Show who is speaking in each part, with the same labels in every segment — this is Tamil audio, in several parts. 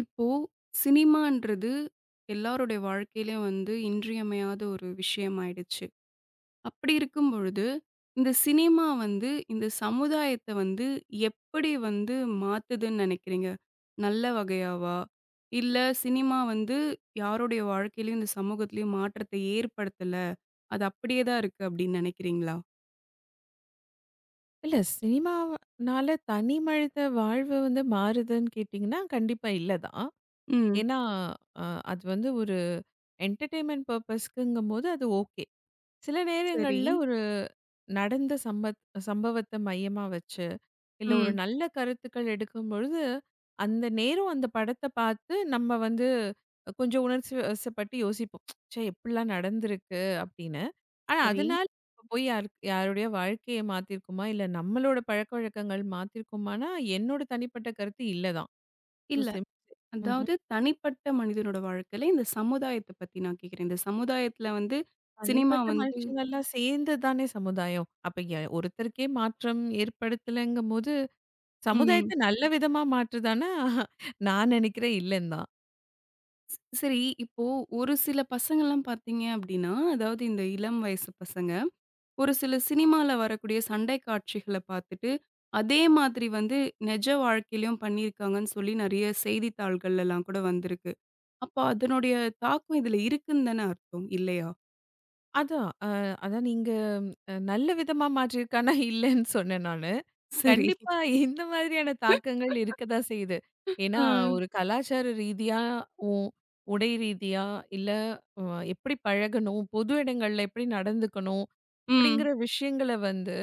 Speaker 1: இப்போ சினிமான்றது எல்லாருடைய வாழ்க்கையிலயும் வந்து இன்றியமையாத ஒரு விஷயம் ஆயிடுச்சு. அப்படி இருக்கும் பொழுது, இந்த சினிமா வந்து இந்த சமுதாயத்த வந்து எப்படி வந்து மாத்துதுன்னு நெனைக்கிறீங்க? நல்ல வகையாவா? இல்ல சினிமா வந்து யாருடைய வாழ்க்கையிலயும் இந்த சமூகத்திலயும் மாற்றத்தை ஏற்படுத்தல. அது அப்படியே தான் இருக்கு அப்படின்னு நெனைக்கிறீங்களா?
Speaker 2: இல்ல சினிமானால தனி மனித வாழ்வு வந்து மாறுதுன்னு கேட்டிங்கன்னா, கண்டிப்பா இல்ல தான்.
Speaker 1: ம்.
Speaker 2: ஏன்னா, அ அது வந்து ஒரு என்டர்டெயின்மென்ட் பர்ப்பஸ்க்குங்கும்போது அது ஓகே. சில
Speaker 1: சரி.
Speaker 2: நேரங்கள்ல ஒரு நடந்த சம்பவத்த மையமா வச்சு, இல்ல ஒரு
Speaker 1: ம்.
Speaker 2: நல்ல கருத்துக்கள் எடுக்கும்பொழுது, அந்த நேரம் அந்த படத்த பார்த்து நம்ம வந்து கொஞ்சம் உணர்ச்சி வசப்பட்டு யோசிப்போம். ச்சே! இப்பிடிலாம் நடந்திருக்கு அப்பிடின்னு. ஆனா
Speaker 1: சரி.
Speaker 2: அதனால இப்ப போய் யாரு யாருடைய வாழ்க்கைய மாத்திருக்குமா? இல்ல நம்மளோட பழக்கவழக்கங்கள் மாத்திருக்குமான்னா, என்னோட தனிப்பட்ட கருத்து இல்ல தான். சோ
Speaker 1: இல்ல.
Speaker 2: சிம் ம்ஹ்ம்.
Speaker 1: அதாவது தனிப்பட்ட மனிதனோட வாழ்க்கையில, இந்த சமுதாயத்த பத்தி நான் கேட்கிறேன். இந்த சமுதாயத்துல வந்து சினிமா
Speaker 2: தனிப்பட்ட
Speaker 1: வந்து
Speaker 2: மனுஷங்கள்லாம் சேர்ந்து தானே சமுதாயம். அப்ப ஒருத்தருக்கே மாற்றம் ஏற்படுத்தலங்கும்போது,
Speaker 1: ம்.
Speaker 2: சமுதாயத்த நல்ல விதமா மாற்றுதான்னா, நான் நினைக்கிறேன் இல்லன்னு தான்.
Speaker 1: சரி இப்போ ஒரு சில பசங்கள்லாம் பார்த்தீங்க அப்படின்னா, அதாவது இந்த இளம் வயசு பசங்க, ஒரு சில சினிமால வரக்கூடிய சண்டை காட்சிகள பார்த்துட்டு, அதே மாதிரி வந்து நிஜ வாழ்க்கையிலயும் பண்ணியிருக்காங்கன்னு சொல்லி நெறைய செய்தித்தாள்கள்லலாம் கூட வந்திருக்கு. அப்ப அதனுடைய தாக்கம் இதுல இருக்குன்னு தானே அர்த்தம், இல்லையா?
Speaker 2: அதான் அ அதான் நீங்க நல்ல விதமா மாற்றியிருக்கான்னா இல்லன்னு சொன்னேன் நானு.
Speaker 1: சரி.
Speaker 2: கண்டிப்பா. இந்த மாதிரியான தாக்கங்கள் இருக்கதான் செய்யுது. ஏன்னா,
Speaker 1: அ.
Speaker 2: ஒரு கலாச்சார ரீதியா, உ உடை ரீதியா, இல்ல அ எப்படி பழகணும், பொது இடங்கள்ல எப்படி நடந்துக்கணும்,
Speaker 1: ம்.
Speaker 2: அப்படிங்கிற விஷயங்கள வந்து,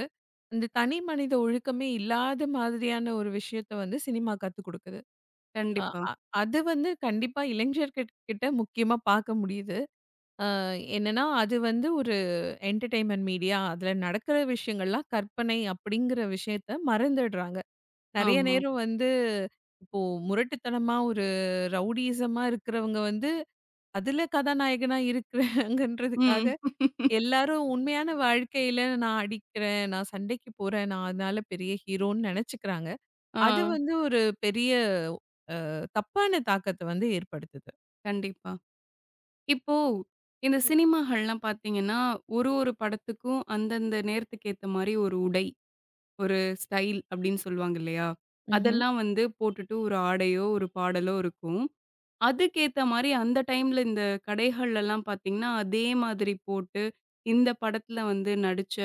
Speaker 2: இந்த தனி மனித ஒழுக்கமே இல்லாத மாதிரியான ஒரு விஷயத்த வந்து சினிமா கத்துக் குடுக்குது. அ
Speaker 1: கண்டிப்பா.
Speaker 2: அ அது வந்து கண்டிப்பா இளைஞர்கள் கிட்ட முக்கியமா பார்க்க முடியுது. அ என்னன்னா, அது வந்து ஒரு என்டர்டெயின்மென்ட் மீடியா. அதுல நடக்கிற விஷயங்கள்லாம் கற்பனை அப்படிங்கிற விஷயத்த மறந்துடுறாங்க. நெறைய
Speaker 1: ஆமா.
Speaker 2: நேரம் வந்து இப்போ முரட்டுத்தனமா ஒரு ரவுடிசமா இருக்கிறவங்க வந்து, அதுல கதாநாயகனா இருக்கிறாங்கன்றதுக்காக
Speaker 1: ம்.
Speaker 2: எல்லாரும் உண்மையான வாழ்க்கையில நான் அடிக்கிறேன், நான் சண்டைக்கு போறேன், நான் அதனால பெரிய ஹீரோன்னு நெனச்சுக்கிறாங்க.
Speaker 1: ஆ.
Speaker 2: அது வந்து ஒரு பெரிய தப்பான தாக்கத்த வந்து ஏற்படுத்துது.
Speaker 1: கண்டிப்பா. இப்போ இந்த
Speaker 2: ம்ஹ்ம்.
Speaker 1: சினிமாகள்லாம் பார்த்தீங்கன்னா, ஒரு ஒரு படத்துக்கும் அந்தந்த நேரத்துக்கு ஏத்த மாரி ஒரு உடை, ஒரு ஸ்டைல் அப்படின்னு சொல்லுவாங்க இல்லையா?
Speaker 2: ம்ஹ்ம்.
Speaker 1: அதெல்லாம் வந்து போட்டுட்டு ஒரு ஆடையோ, ஒரு பாடலோ இருக்கும். அதுக்கேத்த மாரி அந்த டைம்ல இந்த கடைகள்லலாம் பார்த்தீங்கன்னா, அதே மாதிரி போட்டு இந்த படத்துல வந்து நடிச்ச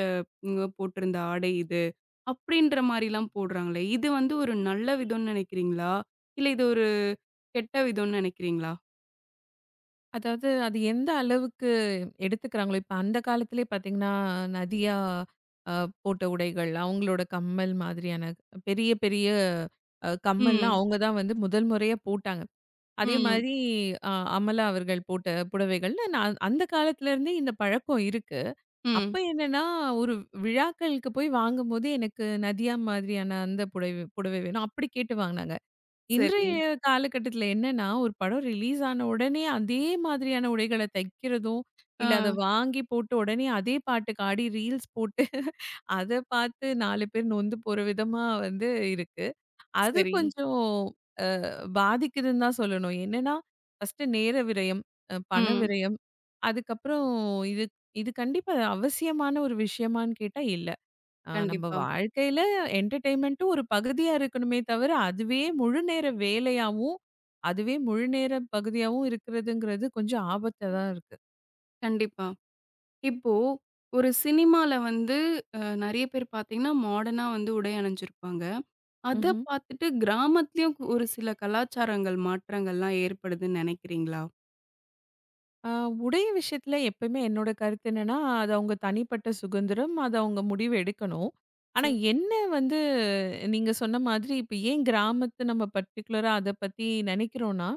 Speaker 1: இவங்க போட்டிருந்த ஆடை இது. அப்படின்ற மாரிலாம் போடுறாங்களே, இது வந்து ஒரு நல்ல விதம்னு நினைக்கிறீங்களா? இல்ல இது ஒரு கெட்ட விதம்னு நினைக்கிறீங்களா?
Speaker 2: அதாவது அது எந்த அளவுக்கு எடுத்துக்கிறாங்களோ, இப்ப அந்த காலத்திலே பார்த்தீங்கன்னா, நதியா அ போட்ட உடைகள், அவங்களோட கம்மல் மாதிரியான பெரிய, பெரிய கம்மல்லாம்
Speaker 1: ம்.
Speaker 2: அவங்க தான் வந்து முதல் முறையா போட்டாங்க. அதே
Speaker 1: ம்.
Speaker 2: மாதிரி அ அமலா அவர்கள் போட்ட புடவைகள்ல நான் அந்த காலத்துலருந்தே இந்த பழக்கம் இருக்கு. அப்ப
Speaker 1: ம்.
Speaker 2: என்னன்னா, ஒரு விழாக்களுக்கு போய் வாங்கும்போது எனக்கு நதியா மாதிரியான அந்த புடவை புடவை வேணும். அப்படி கேட்டு வாங்குனாங்க.
Speaker 1: சரி.
Speaker 2: இன்றைய காலகட்டத்தில என்னன்னா, ஒரு படம் ரிலீஸ் ஆன உடனே அதே மாதிரியான உடைகள தைக்கிறதும்,
Speaker 1: ஆ,
Speaker 2: இல்ல அத வாங்கி போட்டு உடனே அதே பாட்டுக்கு ஆடி ரீல்ஸ் போட்டு அத பார்த்து 4 பேர் நொந்து போற விதமா வந்து இருக்கு. அது
Speaker 1: சரி.
Speaker 2: கொஞ்சம் அ பாதிக்குதுன்னு தான் சொல்லணும். என்னன்னா, ஃபர்ஸ்ட்டு நேர விரயம், பண
Speaker 1: ம்.
Speaker 2: விரயம். அதுக்கப்புறம் இது இது கண்டிப்பா அவசியமான ஒரு விஷயமான்னு கேட்டா இல்ல. ஆ நம்ம
Speaker 1: கண்டிப்பா,
Speaker 2: வாழ்க்கையில என்டர்டெயின்மெண்ட்டும் ஒரு பகுதியா இருக்கணுமே தவிர, அதுவே முழு நேர வேலையாவும், அதுவே முழு நேர பகுதியாவும் இருக்கிறதுங்கிறது கொஞ்சம் ஆபத்தா தான் இருக்கு.
Speaker 1: கண்டிப்பா. இப்போ ஒரு சினிமால வந்து நெறைய பேர் பார்த்தீங்கன்னா, மாடர்னா வந்து உடை அணிஞ்சிருப்பாங்க. அத
Speaker 2: ம்ஹ்ம்.
Speaker 1: பார்த்துட்டு கிராமத்துலயும் ஒரு சில கலாச்சாரங்கள் மாற்றங்கள்லாம் ஏற்படுதுன்னு நெனைக்கிறீங்களா?
Speaker 2: ஆ உடை விஷயத்துல எப்பயுமே என்னோட கருத்து என்னன்னா, அது அவங்க தனிப்பட்ட சுதந்திரம். அது அவங்க முடிவு எடுக்கணும். ஆனா
Speaker 1: சரி.
Speaker 2: என்ன வந்து நீங்க சொன்ன மாதிரி இப்ப ஏன் கிராமத்த நம்ம பர்ட்டிகுலரா அத பத்தி நெனைக்கிறோம்னா,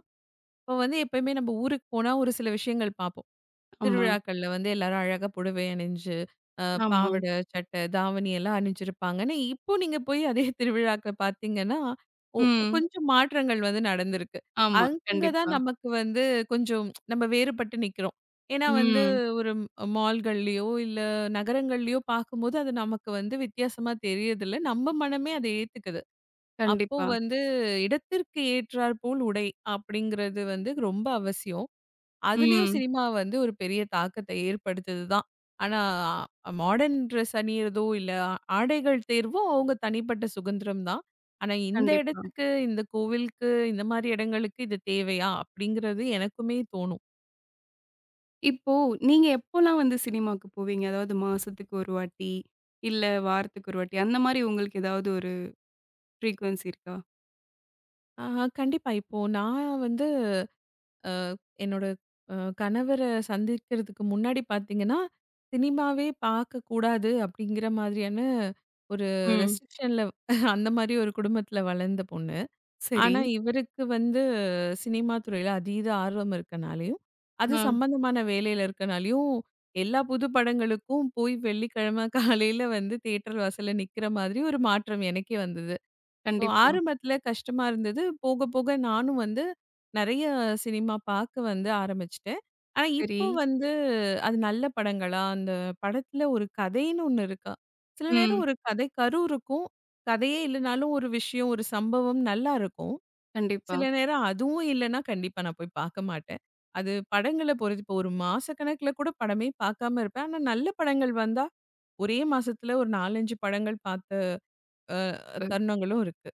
Speaker 2: இப்ப வந்து எப்பயுமே நம்ம ஊருக்கு போனா ஒரு சில விஷயங்கள் பாப்போம்.
Speaker 1: ஆமா,
Speaker 2: திருவிழாக்கள்ல வந்து எல்லாரும் அழகா புடவை அணிஞ்சு, அ
Speaker 1: ஆமா.
Speaker 2: பாவாட, சட்டை, தாவணி எல்லாம் அணிஞ்சிருப்பாங்க. ஆனா, இப்போ நீங்க போய் அதே திருவிழாக்க பார்த்தீங்கன்னா, ஒ
Speaker 1: ம்.
Speaker 2: கொஞ்சம் மாற்றங்கள் வந்து நடந்திருக்கு.
Speaker 1: ஆமா.
Speaker 2: அங்க
Speaker 1: கண்டிப்பா.
Speaker 2: தான் நமக்கு வந்து கொஞ்சம் நம்ம வேறுபட்டு நிக்கிறோம். ஏன்னா வந்து
Speaker 1: ம்.
Speaker 2: ஒரு மால்கள்லயோ, இல்ல நகரங்கள்லயோ பார்க்கும்போது அது நமக்கு வந்து வித்தியாசமா தெரியதில்ல. நம்ம மனமே அதை ஏத்துக்குது. அப்போ
Speaker 1: கண்டிப்பா.
Speaker 2: வந்து இடத்திற்கு ஏற்றார் போல் உடை அப்படிங்கிறது வந்து ரொம்ப அவசியம். அதுலயும்
Speaker 1: ம்.
Speaker 2: சினிமா வந்து ஒரு பெரிய தாக்கத்த ஏற்படுத்துது தான். ஆனா, மாடர்ன் ட்ரெஸ் அணியிறதோ, இல்ல ஆடைகள் தேர்வோ அவங்க தனிப்பட்ட சுதந்திரம் தான். ஆனா, இந்த
Speaker 1: கண்டிப்பா.
Speaker 2: இடத்துக்கு, இந்த கோவிலுக்கு, இந்த மாரி இடங்களுக்கு இது தேவையா? அப்படிங்கிறது எனக்குமே தோணும்.
Speaker 1: இப்போ நீங்க எப்போலாம் வந்து சினிமாக்கு போவீங்க? அதாவது மாசத்துக்கு ஒரு வாட்டி, இல்ல வாரத்துக்கு ஒரு வாட்டி அந்த மாரி உங்களுக்கு ஏதாவது ஒரு ஃப்ரீக்வென்சி இருக்கா?
Speaker 2: ஆ கண்டிப்பா. இப்போ நான் வந்து அ என்னோட அ கணவர சந்திக்கிறதுக்கு முன்னாடி பார்த்தீங்கன்னா, சினிமாவே பார்க்கக்கூடாது அப்படிங்கிற மாதிரியான ஒரு
Speaker 1: ம்.
Speaker 2: ரெஸ்ட்ரிக்ஷன்ல அந்த மாரி ஒரு குடும்பத்துல வளர்ந்த பொண்ணு.
Speaker 1: சரி.
Speaker 2: ஆனா, இவருக்கு வந்து சினிமா துறையில அதீத ஆர்வம் இருக்கனாலயும், அது
Speaker 1: ஆ.
Speaker 2: சம்பந்தமான வேலையில இருக்கனாலயும், எல்லா புது படங்களுக்கும் போய் வெள்ளிக்கிழமை காலையில வந்து தியேட்டர் வாசல்ல நிக்கிற மாதிரி ஒரு மாற்றம் எனக்கே வந்தது. ஸோ
Speaker 1: கண்டிப்பா.
Speaker 2: ஆரம்பத்தில கஷ்டமா இருந்தது. போக போக நானும் வந்து நெறைய சினிமா பார்க்க வந்து ஆரம்பிச்சுட்டேன். ஆனா,
Speaker 1: சரி.
Speaker 2: இப்போ வந்து அது நல்ல படங்களா, அந்த படத்துல ஒரு கதைன்னு ஒண்ணு இருக்கா? சில நேரம்
Speaker 1: ம்.
Speaker 2: ஒரு கதை கரு இருக்கும். கதையே இல்லனாலும் ஒரு விஷயம், ஒரு சம்பவம் நல்லா இருக்கும்.
Speaker 1: கண்டிப்பா.
Speaker 2: சில நேரம் அதுவும் இல்லன்னா, கண்டிப்பா நான் போய் பாக்க மாட்டேன். அது படங்கள பொறுத்து இப்போ ஒரு மாசக்கணக்குல கூட படமே பாக்காம இருப்பேன். ஆனா நல்ல படங்கள் வந்தா, ஒரே மாசத்துல ஒரு 4, 5 படங்கள் பாத்த அ
Speaker 1: ம்.
Speaker 2: தருணங்களும் இருக்கு.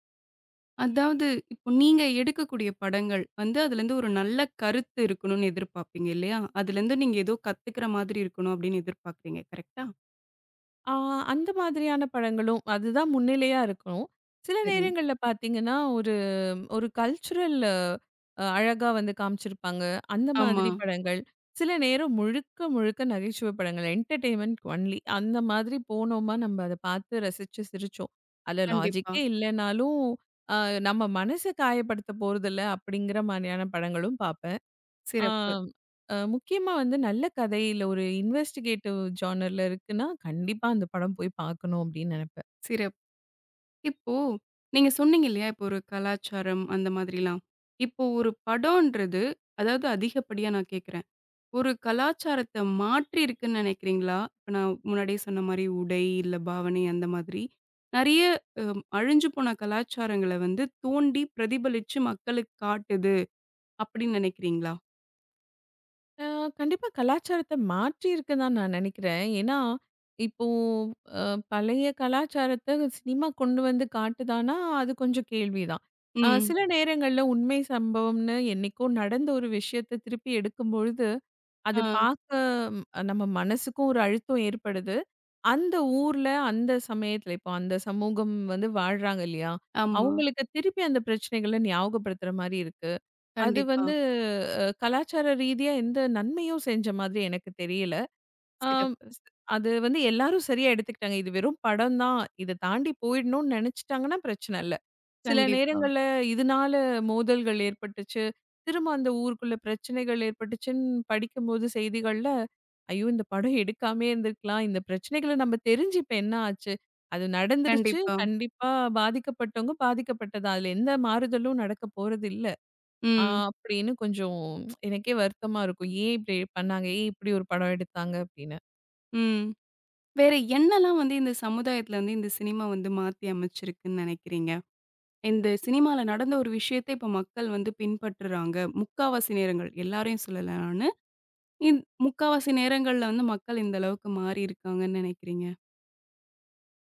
Speaker 1: அதாவது இப்போ நீங்க எடுக்கக்கூடிய படங்கள் வந்து அதுலேருந்து ஒரு நல்ல கருத்து இருக்கணும்னு எதிர்பார்ப்பீங்க இல்லையா? அதுலேருந்து நீங்க ஏதோ கத்துக்கிற மாதிரி இருக்கணும் அப்படின்னு எதிர்பார்க்குறீங்க. கரெக்ட்டா?
Speaker 2: ஆ, அந்த மாதிரியான படங்களும் அதுதான் முன்னிலையா இருக்கும். சில
Speaker 1: சரி.
Speaker 2: நேரங்கள்ல பார்த்தீங்கன்னா, ஒரு ஒரு கல்ச்சுரல் அழகா வந்து காமிச்சிருப்பாங்க. அந்த
Speaker 1: ஆமா.
Speaker 2: மாதிரி படங்கள். சில நேரம் முழுக்க முழுக்க நகைச்சுவை படங்கள். Entertainment only. அந்த மாதிரி போனோமா, நம்ம அத பார்த்து ரசிச்சு சிரிச்சோம். அதுல
Speaker 1: கண்டிப்பா.
Speaker 2: லாஜிக்கே இல்லனாலும், அ நம்ம மனச காயப்படுத்த போறதில்ல, அப்படிங்கிற மாரியான படங்களும் பார்ப்பேன். ஆ,
Speaker 1: சிறப்பு,
Speaker 2: முக்கியமா வந்து நல்ல கதை இல்ல ஒரு இன்வெஸ்டிகேட்டிவ் ஜானர்ல இருக்குன்னா, கண்டிப்பா அந்த படம் போய் பார்க்கணும் அப்படின்னு நெனைப்பேன்.
Speaker 1: சிறப்பு. இப்போ நீங்க சொன்னீங்க இல்லையா? இப்போ ஒரு கலாச்சாரம் அந்த மாதிரிலாம். இப்போ ஒரு படம்ன்றது அதாவது அதிகப்படியா நான் கேட்கிறேன். ஒரு கலாச்சாரத்த மாற்றி இருக்குன்னு நினைக்கிறீங்களா? இப்ப நான் முன்னாடியே சொன்ன மாரி உடை, இல்ல பாவனை அந்த மாதிரி. நெறைய அழிஞ்சு போன கலாச்சாரங்கள வந்து தோண்டி பிரதிபலிச்சு மக்களுக்கு காட்டுது அப்படின்னு நினைக்கிறீங்களா?
Speaker 2: அ கண்டிப்பா கலாச்சாரத்த மாற்றி இருக்குன்னு தான் நான் நெனைக்கிறேன். ஏன்னா, இப்போ அ பழைய கலாச்சாரத்த சினிமா கொண்டு வந்து காட்டுதான்னா, அது கொஞ்சம் கேள்விதான்.
Speaker 1: ம்.
Speaker 2: சில நேரங்கள்ல உண்மை சம்பவம்னு என்னைக்கோ நடந்த ஒரு விஷயத்த திருப்பி எடுக்கும்பொழுது அது
Speaker 1: ஆ.
Speaker 2: பார்க்க ம், நம்ம மனசுக்கும் ஒரு அழுத்தம் ஏற்படுது. அந்த ஊர்ல, அந்த சமயத்துல இப்போ அந்த சமூகம் வந்து வாழ்றாங்க இல்லையா?
Speaker 1: ஆமா.
Speaker 2: அவங்களுக்கு திருப்பி அந்த பிரச்சனைகள ஞாபகப்படுத்துற மாரி இருக்கு. அது
Speaker 1: கண்டிப்பா.
Speaker 2: வந்து கலாச்சார ரீதியா எந்த நன்மையும் செஞ்ச மாதிரி எனக்கு தெரியல. ஆம்.
Speaker 1: சிறப்பு.
Speaker 2: அது வந்து எல்லாரும் சரியா எடுத்துக்கிட்டாங்க. இது வெறும் படம் தான். இத தாண்டி போயிடணும்னு நெனச்சுட்டாங்கன்னா பிரச்சனை இல்ல. சில
Speaker 1: கண்டிப்பா,
Speaker 2: நேரங்கள்ல இதனால மோதல்கள் ஏற்பட்டுச்சு. திரும்ப அந்த ஊருக்குள்ள பிரச்சனைகள் ஏற்பட்டுச்சுன்னு படிக்கும்போது செய்திகள்ல, ஐயோ! இந்த படம் எடுக்காமயே இருந்திருக்கலாம். இந்த பிரச்சனைகள நம்ம தெரிஞ்சு இப்ப என்ன ஆச்சு? அது நடந்துருச்சு.
Speaker 1: கண்டிப்பா.
Speaker 2: கண்டிப்பா பாதிக்கப்பட்டவங்க பாதிக்கப்பட்டது தான். அதுல எந்த மாறுதலும் நடக்க போறதில்ல. ஆ
Speaker 1: ம்.
Speaker 2: அப்படின்னு கொஞ்சம் எனக்கே வருத்தமா இருக்கும். ஏன் இப்படி பண்ணாங்க? ஏன் இப்படி ஒரு படம் எடுத்தாங்க? அப்படின்னு.
Speaker 1: ம். வேற என்னலாம் வந்து இந்த சமுதாயத்துல வந்து இந்த சினிமா வந்து மாத்தி அமைச்சிருக்குன்னு நினைக்கிறீங்க? இந்த சினிமால நடந்த ஒரு விஷயத்த இப்ப மக்கள் வந்து பின்பற்றுறாங்க. முக்காவாசி நேரங்கள் எல்லாரையும் சொல்லல ஆனா. இந் முக்காவாசி நேரங்கள்ல வந்து மக்கள் இந்த அளவுக்கு மாறியிருக்காங்கன்னு நினைக்கிறீங்க?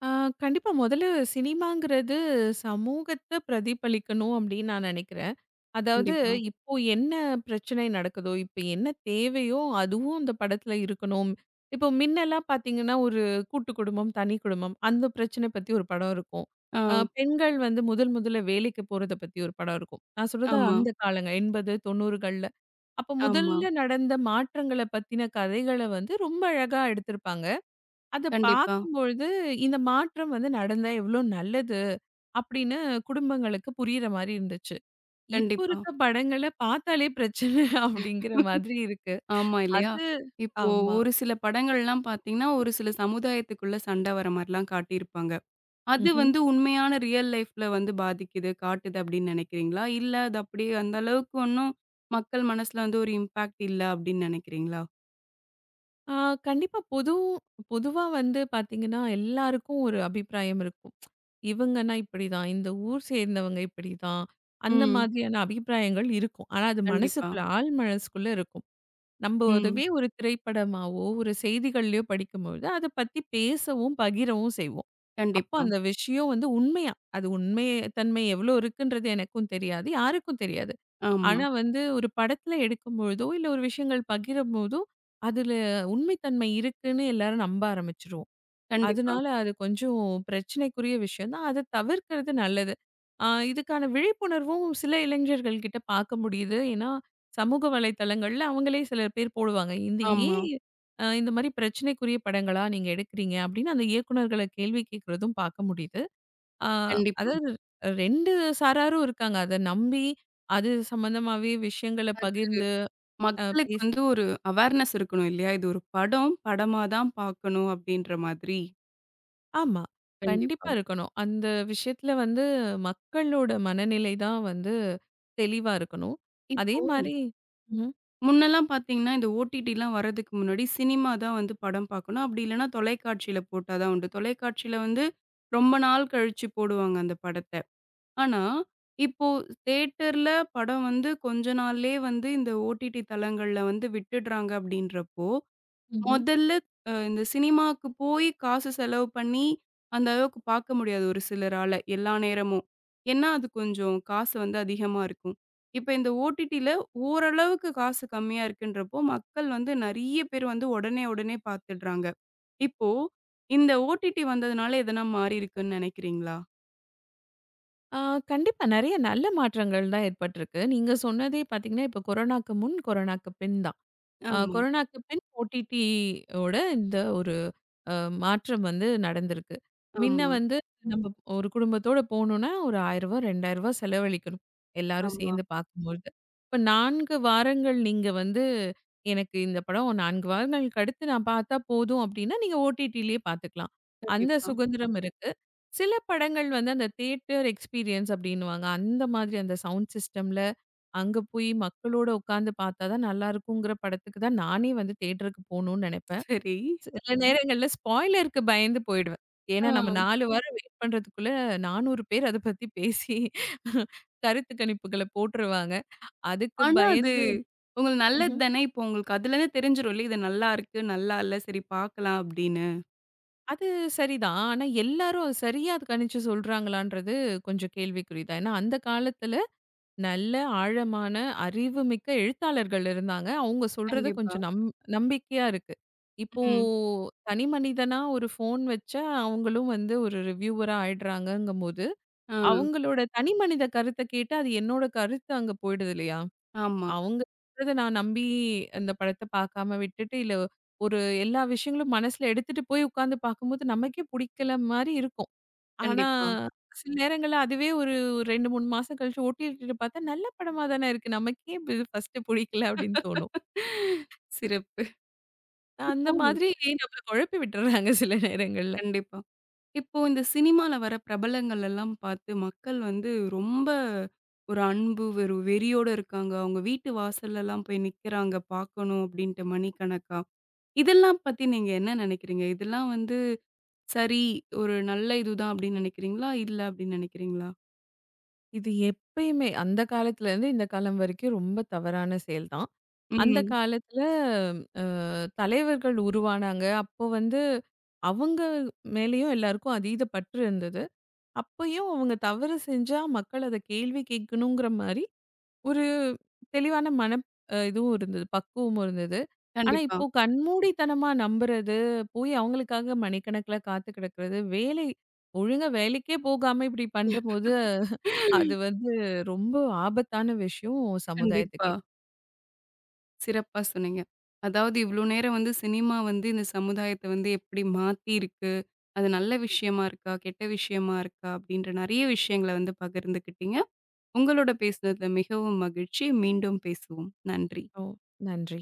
Speaker 2: ஆ, கண்டிப்பா முதல்ல சினிமாங்கிறது சமூகத்த பிரதிபலிக்கணும் அப்படின்னு நான் நினைக்கிறேன். அதாவது
Speaker 1: கண்டிப்பா.
Speaker 2: இப்போ என்ன பிரச்சனை நடக்குதோ, இப்ப என்ன தேவையோ அதுவும் அந்த படத்துல இருக்கணும். இப்போ முன்னெல்லாம் பார்த்தீங்கன்னா, ஒரு கூட்டு குடும்பம், தனி குடும்பம் அந்த பிரச்சனை பத்தி ஒரு படம் இருக்கும்.
Speaker 1: ஆ,
Speaker 2: பெண்கள் வந்து முதல் முதல்ல வேலைக்கு போறத பத்தி ஒரு படம் இருக்கும். நான் சொல்றது
Speaker 1: ஆமா,
Speaker 2: அந்த காலங்க 80, 90கள்ல. அப்ப
Speaker 1: ஆமா.
Speaker 2: முதல்ல நடந்த மாற்றங்கள பத்தின கதைகள வந்து ரொம்ப அழகா எடுத்திருப்பாங்க. அத
Speaker 1: கண்டிப்பா,
Speaker 2: பார்க்கும்பொழுது, இந்த மாற்றம் வந்து நடந்தா எவ்ளோ நல்லது அப்படின்னு குடும்பங்களுக்கு புரியிற மாரி இருந்துச்சு. இப்போ
Speaker 1: கண்டிப்பா.
Speaker 2: இருக்க படங்கள பார்த்தாலே பிரச்சனை அப்படிங்கிற மாதிரி இருக்கு.
Speaker 1: ஆமா இல்லையா?
Speaker 2: அது
Speaker 1: இப்போ
Speaker 2: ஆமா.
Speaker 1: ஒரு சில படங்கள்லாம் பார்த்தீங்கன்னா, ஒரு சில சமுதாயத்துக்குள்ள சண்டை வர மாரிலாம் காட்டியிருப்பாங்க. அது
Speaker 2: ம்ஹ்ம்.
Speaker 1: வந்து உண்மையான ரியல் லைஃப்ல வந்து பாதிக்குது, காட்டுது அப்படின்னு நினைக்கிறீங்களா? இல்ல அது அப்படியே அந்த அளவுக்கு ஒண்ணும் மக்கள் மனசுல வந்து ஒரு இம்பாக்ட் இல்ல அப்படின்னு நினைக்கிறீங்களா?
Speaker 2: ஆ கண்டிப்பா பொதுவா வந்து பார்த்தீங்கன்னா, எல்லாருக்கும் ஒரு அபிப்பிராயம் இருக்கும். இவங்கன்னா இப்படிதான், இந்த ஊர் சேர்ந்தவங்க இப்படிதான், அந்த
Speaker 1: ம்.
Speaker 2: மாதிரியான அபிப்பிராயங்கள் இருக்கும். ஆனா அது
Speaker 1: கண்டிப்பா.
Speaker 2: மனசுக்குள்ள ஆழ் மனசுக்குள்ள இருக்கும். நம்ப
Speaker 1: ம்.
Speaker 2: அதுவே ஒரு திரைப்படமாவோ, ஒரு செய்திகள்லயோ படிக்கும்பொழுது, அத பத்தி பேசவும், பகிரவும் செய்வோம். அப்போ
Speaker 1: கண்டிப்பா.
Speaker 2: அந்த விஷயம் வந்து உண்மையா, அது உண்மை தன்மை எவ்வளோ இருக்குன்றது எனக்கும் தெரியாது, யாருக்கும் தெரியாது.
Speaker 1: ஆமா.
Speaker 2: ஆனா வந்து ஒரு படத்துல எடுக்கும்பொழுதோ, இல்ல ஒரு விஷயங்கள் பகிரும்போதோ, அதுல உண்மை தன்மை இருக்குன்னு எல்லாரும் நம்ப ஆரம்பிச்சுருவோம்.
Speaker 1: கண்டிப்பா.
Speaker 2: அதனால அது கொஞ்சம் பிரச்சனைக்குரிய விஷயம் தான். அத தவிர்க்கிறது நல்லது. ஆ இதுக்கான விழிப்புணர்வும் சில இளைஞர்கள் கிட்ட பார்க்க முடியுது. ஏன்னா, சமூக வலைதளங்கள்ல அவங்களே சில பேர் போடுவாங்க. இந்த
Speaker 1: ஆமா.
Speaker 2: ஏன் இந்த மாரி பிரச்சனைக்குரிய படங்களா நீங்க எடுக்கிறீங்க? அப்படின்னு அந்த இயக்குனர்கள கேள்வி கேட்கிறதும் பார்க்க முடியுது. ஆ
Speaker 1: கண்டிப்பா.
Speaker 2: அதாவது 2 சாராரும் இருக்காங்க. அத நம்பி அது சம்மந்தமாவே விஷயங்கள பகிர்ந்து
Speaker 1: மக்களுக்கு
Speaker 2: பேச
Speaker 1: வந்து ஒரு அவேர்னஸ் இருக்கணும் இல்லையா? இது ஒரு படம். படமா தான் பார்க்கணும் அப்டின்ற மாதிரி.
Speaker 2: ஆமா. கண்டிப்பா
Speaker 1: கண்டிப்பா.
Speaker 2: இருக்கணும். அந்த விஷயத்துல வந்து மக்களோட மனநிலை தான் வந்து தெளிவா இருக்கணும். அதே
Speaker 1: இப்போ
Speaker 2: மாரி ம்ஹ்ம்,
Speaker 1: முன்னலாம் பார்த்தீங்கன்னா, இந்த ஓடிடிலாம் வரதுக்கு முன்னாடி சினிமா தான் வந்து படம் பார்க்கணும். அப்டி இல்லன்னா தொலைக்காட்சியில போட்டா தான் உண்டு. தொலைக்காட்சியில வந்து ரொம்ப நாள் கழிச்சு போடுவாங்க அந்த படத்த. ஆனா, இப்போ தியேட்டர்ல படம் வந்து கொஞ்ச நாள்லயே வந்து இந்த ஓடிடி தளங்கள்ல வந்து விட்டுடுறாங்க அப்டின்றப்போ,
Speaker 2: ம்ஹ்ம்.
Speaker 1: முதல்ல இந்த சினிமாக்கு போய் காசு செலவு பண்ணி, அந்த அளவுக்கு பார்க்க முடியாது ஒரு சிலரால, எல்லா நேரமும். ஏன்னா, அது கொஞ்சம் காசு வந்து அதிகமா இருக்கும். இப்ப இந்த ஓடிடில ஓரளவுக்கு காசு கம்மியா இருக்குன்றப்போ, மக்கள் வந்து நெறைய பேர் வந்து உடனே, உடனே பார்த்துடுறாங்க. இப்போ இந்த ஓடிடி வந்ததுனால எதனா மாறி இருக்குன்னு நெனைக்கிறீங்களா?
Speaker 2: ஆ கண்டிப்பா நெறைய நல்ல மாற்றங்கள் தான் ஏற்பட்டிருக்கு. நீங்க சொன்னதே பார்த்தீங்கன்னா, இப்ப கொரோனாக்கு முன், கொரோனாக்கு பின் தான்.
Speaker 1: ஆமா,
Speaker 2: கொரோனாக்கு பின் ஓடிடி ஓட இந்த ஒரு அ மாற்றம் வந்து நடந்திருக்கு. முன்ன
Speaker 1: ஆமா,
Speaker 2: வந்து நம்ம ஒரு குடும்பத்தோட போணும்னா ஒரு ரூ. 1000 ரூ. 2000 செலவழிக்கணும். எல்லாரும்
Speaker 1: ஆமா.
Speaker 2: சேர்ந்து பார்க்கும்பொழுது. இப்ப 4 வாரங்கள் நீங்க வந்து எனக்கு இந்த படம் 4 வாரங்களுக்கு அடுத்து நான் பார்த்தா போதும் அப்டின்னா, நீங்க ஓடிடிலயே பார்த்துக்கலாம். அந்த
Speaker 1: கண்டிப்பா.
Speaker 2: சுதந்திரம் இருக்கு. சில படங்கள் வந்து அந்த தியேட்டர் எக்ஸ்பீரியன்ஸ் அப்டின்னுவாங்க. அந்த மாதிரி அந்த சவுண்ட் சிஸ்டம்ல அங்க போய் மக்களோட உட்கார்ந்து பார்த்தா தான் நல்லா இருக்குங்கிற படத்துக்கு தான் நானே வந்து தியேட்டருக்கு போணும்னு நெனைப்பேன்.
Speaker 1: சரி.
Speaker 2: சில சரிங்க. நேரங்கள்ல ஸ்பாய்லருக்கு பயந்து போயிடுவேன். ஏன்னா நம்ம
Speaker 1: ஆ.
Speaker 2: 4 வாரம் வெயிட் பண்றதுக்குள்ள 400 பேர் அத பத்தி பேசி கருத்து கணிப்புகள போட்டுருவாங்க. அதுக்கு
Speaker 1: ஆனா அது
Speaker 2: பயந்து
Speaker 1: உங்களுக்கு நல்லது
Speaker 2: ம்ஹ்ம்.
Speaker 1: தானே. இப்போ உங்களுக்கு அதுலருந்து தெரிஞ்சிரும்ல. இது நல்லாருக்கு, நல்லா இல்ல. சரி பார்க்கலாம் அப்படின்னு.
Speaker 2: அது சரிதான். ஆனா எல்லாரும் அது சரியா அது கணிச்சு சொல்றாங்களான்றது கொஞ்சம் கேள்விக்குறி தான். ஏன்னா அந்த காலத்துல நல்ல ஆழமான அறிவுமிக்க எழுத்தாளர்கள் இருந்தாங்க. அவங்க சொல்றது
Speaker 1: கண்டிப்பா.
Speaker 2: கொஞ்சம் நம்பிக்கையா இருக்கு. இப்போ
Speaker 1: ம்.
Speaker 2: தனி மனிதனா ஒரு ஃபோன் வச்சா அவங்களும் வந்து ஒரு ரிவ்யூவரா ஆயிடுறாங்கங்கும்போது,
Speaker 1: ஆ.
Speaker 2: அவங்களோட தனி மனித கருத்த கேட்டு அது என்னோட கருத்து அங்க போயிடுது இல்லையா?
Speaker 1: ஆமா.
Speaker 2: அவங்க சொல்றத நான் நம்பி இந்த படத்த பார்க்காம விட்டுட்டு, இல்ல ஒரு எல்லா விஷயங்களும் மனசுல எடுத்துட்டு போய் உட்கார்ந்து பார்க்கும்போது நமக்கே பிடிக்கல மாரி இருக்கும். ஆனா,
Speaker 1: கண்டிப்பா.
Speaker 2: சில நேரங்கள்ல அதுவே ஒரு 2, 3 மாசம் கழிச்சு ஓடிடில பார்த்தா, நல்ல படமா தானே இருக்கு. நமக்கு ஏன் இது ஃபர்ஸ்ட்டு புடிக்கல அப்படின்னு தோணும்.
Speaker 1: சிறப்பு.
Speaker 2: அந்த
Speaker 1: இப்போ
Speaker 2: மாதிரி நம்மள குழப்பி விட்டுர்றாங்க சில நேரங்கள்ல.
Speaker 1: கண்டிப்பா. இப்போ இந்த சினிமால வர பிரபலங்கள் எல்லாம் பார்த்து மக்கள் வந்து ரொம்ப ஒரு அன்பு, ஒரு வெறியோட இருக்காங்க. அவங்க வீட்டு வாசல்லலாம் போய் நிக்கிறாங்க பார்க்கணும் அப்படின்ட்டு மணிக்கணக்கா. இதெல்லாம் பத்தி நீங்க என்ன நெனைக்கிறீங்க? இதெல்லாம் வந்து சரி, ஒரு நல்ல இதுதான் அப்படின்னு நெனைக்கிறீங்களா? இல்ல அப்படின்னு நெனைக்கிறீங்களா?
Speaker 2: இது எப்பயுமே அந்த காலத்துலேருந்து இந்த காலம் வரைக்கும் ரொம்ப தவறான செயல் தான். அந்த
Speaker 1: ம்.
Speaker 2: காலத்துல அ தலைவர்கள் உருவானாங்க. அப்போ வந்து அவங்க மேலேயும் எல்லாருக்கும் அதீத பற்று இருந்தது. அப்பயும் அவங்க தவறு செஞ்சா மக்கள் அத கேள்வி கேட்கணுங்கிற மாரி ஒரு தெளிவான மன இதுவும் இருந்தது. பக்குவமும் இருந்தது. ஆனா,
Speaker 1: கண்டிப்பா.
Speaker 2: இப்போ கண்மூடித்தனமா நம்புறது, போய் அவங்களுக்காக மணிக்கணக்குல காத்து கிடக்கிறது, ஒழுங்கா வேலைக்கே போகாம இப்படி பண்றபோது, அது வந்து ரொம்ப ஆபத்தான விஷயம்
Speaker 1: கண்டிப்பா.
Speaker 2: சமுதாயத்துக்கே.
Speaker 1: சிறப்பா சொன்னீங்க. அதாவது இவ்ளோ நேரம் வந்து சினிமா வந்து இந்த சமுதாயத்த வந்து எப்படி மாத்திருக்கு? அது நல்ல விஷயமா இருக்கா? கெட்ட விஷயமா இருக்கா? அப்படின்ற நெறைய விஷயங்கள வந்து பகிர்ந்துக்கிட்டீங்க. உங்களோட பேசுனதுல மிகவும் மகிழ்ச்சி. மீண்டும் பேசுவோம். நன்றி.
Speaker 2: ஓ! நன்றி.